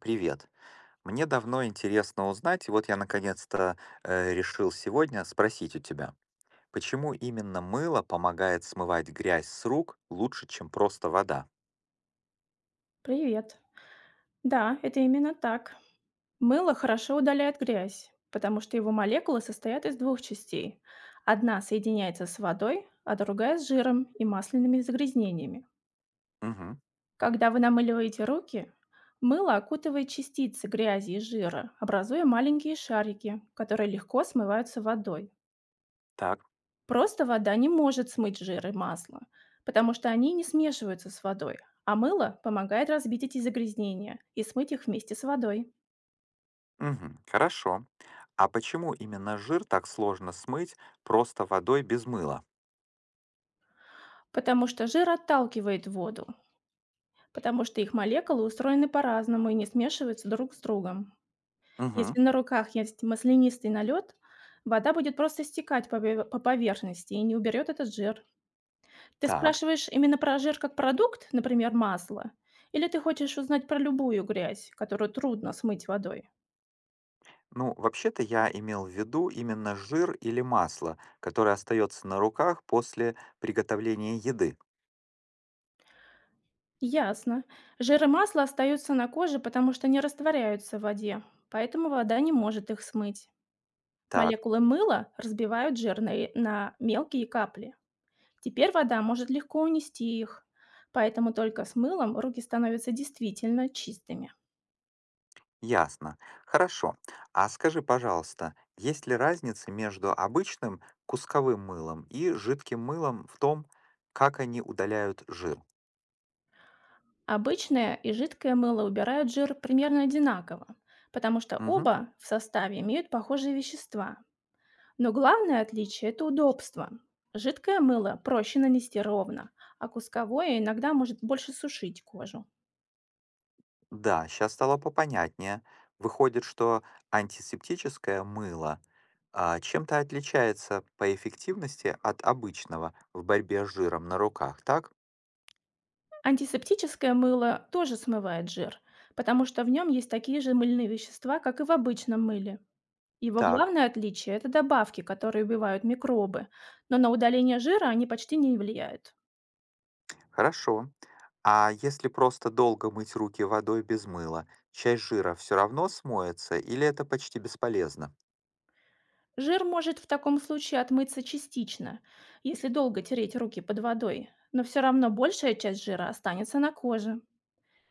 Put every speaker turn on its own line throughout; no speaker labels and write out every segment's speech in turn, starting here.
Привет. Мне давно интересно узнать, и вот я наконец-то решил сегодня спросить у тебя, почему именно мыло помогает смывать грязь с рук лучше, чем просто вода?
Привет. Да, это именно так. Мыло хорошо удаляет грязь, потому что его молекулы состоят из двух частей. Одна соединяется с водой, а другая с жиром и масляными загрязнениями.
Угу,
Когда вы намыливаете руки, мыло окутывает частицы грязи и жира, образуя маленькие шарики, которые легко смываются водой.
так.
Просто вода не может смыть жир и масло, потому что они не смешиваются с водой, а мыло помогает разбить эти загрязнения и смыть их вместе с водой.
Угу, хорошо. А почему именно жир так сложно смыть просто водой без мыла?
Потому что жир отталкивает воду, потому что их молекулы устроены по-разному и не смешиваются друг с другом.
Угу,
Если на руках есть маслянистый налет, вода будет просто стекать по поверхности и не уберет этот жир. Ты
так.
спрашиваешь именно про жир как продукт, например, масло, или ты хочешь узнать про любую грязь, которую трудно смыть водой?
Ну, вообще-то я имел в виду именно жир или масло, которое остается на руках после приготовления еды.
Ясно. Жир и масло остаются на коже, потому что не растворяются в воде, поэтому вода не может их смыть.
Так.
Молекулы мыла разбивают жирные на мелкие капли. Теперь вода может легко унести их, поэтому только с мылом руки становятся действительно чистыми.
Ясно. Хорошо. А скажи, пожалуйста, есть ли разница между обычным кусковым мылом и жидким мылом в том, как они удаляют жир?
Обычное и жидкое мыло убирают жир примерно одинаково, потому что
Мгм.
оба в составе имеют похожие вещества. Но главное отличие — это удобство. Жидкое мыло проще нанести ровно, а кусковое иногда может больше сушить кожу.
Да, сейчас стало попонятнее. Выходит, что антисептическое мыло чем-то отличается по эффективности от обычного в борьбе с жиром на руках, так?
Антисептическое мыло тоже смывает жир, потому что в нем есть такие же мыльные вещества, как и в обычном мыле. Его
Так.
главное отличие — это добавки, которые убивают микробы, но на удаление жира они почти не влияют.
Хорошо. А если просто долго мыть руки водой без мыла, часть жира все равно смоется или это почти бесполезно?
Жир может в таком случае отмыться частично, если долго тереть руки под водой, но все равно большая часть жира останется на коже.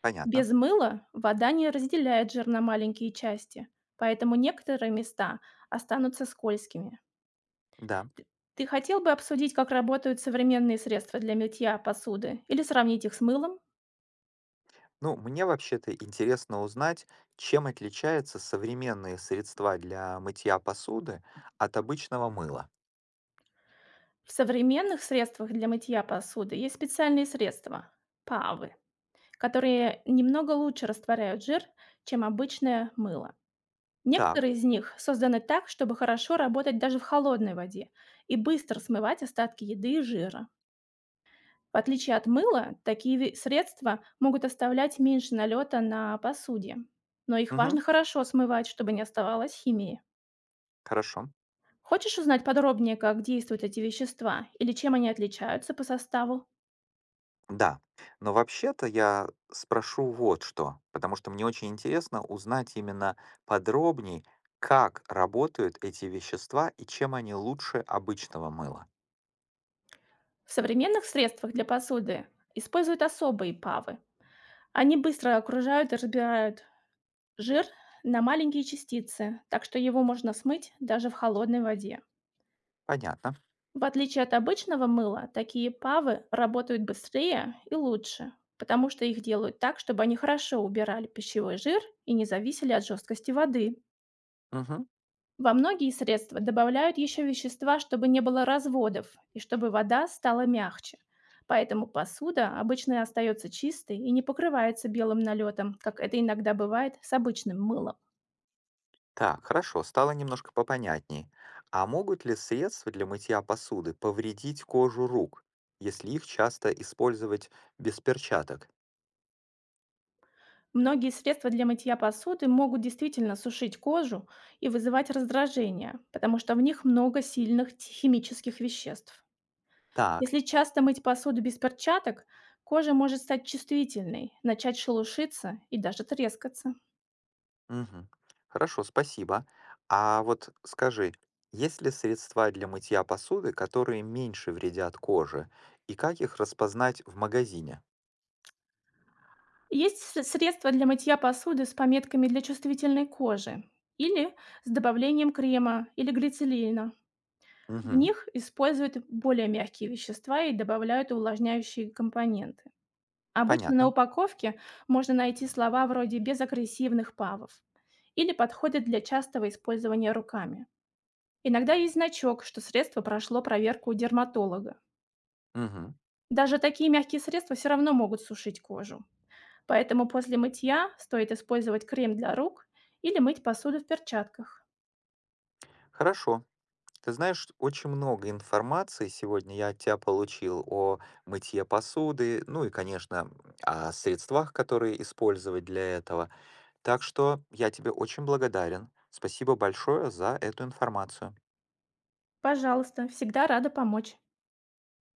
Понятно.
Без мыла вода не разделяет жир на маленькие части, поэтому некоторые места останутся скользкими.
Да.
Т Ты хотел бы обсудить, как работают современные средства для мытья посуды или сравнить их с мылом?
Ну, мне вообще-то интересно узнать, чем отличаются современные средства для мытья посуды от обычного мыла.
В современных средствах для мытья посуды есть специальные средства — павы, которые немного лучше растворяют жир, чем обычное мыло.
Так.
Некоторые из них созданы так, чтобы хорошо работать даже в холодной воде и быстро смывать остатки еды и жира. В отличие от мыла, средства могут оставлять меньше налета на посуде, но их
Угу.
важно хорошо смывать, чтобы не оставалось химии.
Хорошо.
Хочешь узнать подробнее, как действуют эти вещества или чем они отличаются по составу?
Да, но вообще-то я спрошу вот что, потому что мне очень интересно узнать именно подробнее, как работают эти вещества и чем они лучше обычного мыла.
В современных средствах для посуды используют особые павы. Они быстро окружают и разбирают жир на маленькие частицы, так что его можно смыть даже в холодной воде.
Понятно.
В отличие от обычного мыла, такие павы работают быстрее и лучше, потому что их делают так, чтобы они хорошо убирали пищевой жир и не зависели от жесткости воды.
Мгм.
Во многие средства добавляют еще вещества, чтобы не было разводов и чтобы вода стала мягче. Поэтому посуда обычно остается чистой и не покрывается белым налетом, как это иногда бывает с обычным мылом.
Так, хорошо, стало немножко попонятней. А могут ли средства для мытья посуды повредить кожу рук, если их часто использовать без перчаток?
Многие средства для мытья посуды могут действительно сушить кожу и вызывать раздражение, потому что в них много химических веществ.
Так.
Если часто мыть посуду без перчаток, кожа может стать чувствительной, начать шелушиться и даже трескаться.
Мгм. Хорошо, спасибо. А вот скажи, есть ли средства для мытья посуды, которые меньше вредят коже, и как их распознать в магазине?
Есть с средства для мытья посуды с пометками для чувствительной кожи или с добавлением крема или глицелина. В
Мгм.
них используют более мягкие вещества и добавляют увлажняющие компоненты. Обычно на
Понятно.
упаковке можно найти слова вроде «без агрессивных павов» или подходят для частого использования руками. Иногда есть значок, что средство прошло проверку у дерматолога.
Мгм.
Даже такие мягкие средства все равно могут сушить кожу. Поэтому после мытья стоит использовать крем для рук или мыть посуду в перчатках.
Хорошо. Ты знаешь, очень много информации сегодня я от тебя получил о мытье посуды, ну и, конечно, о средствах, которые использовать для этого. Так что я тебе очень благодарен. Спасибо большое за эту информацию.
Пожалуйста, всегда рада помочь.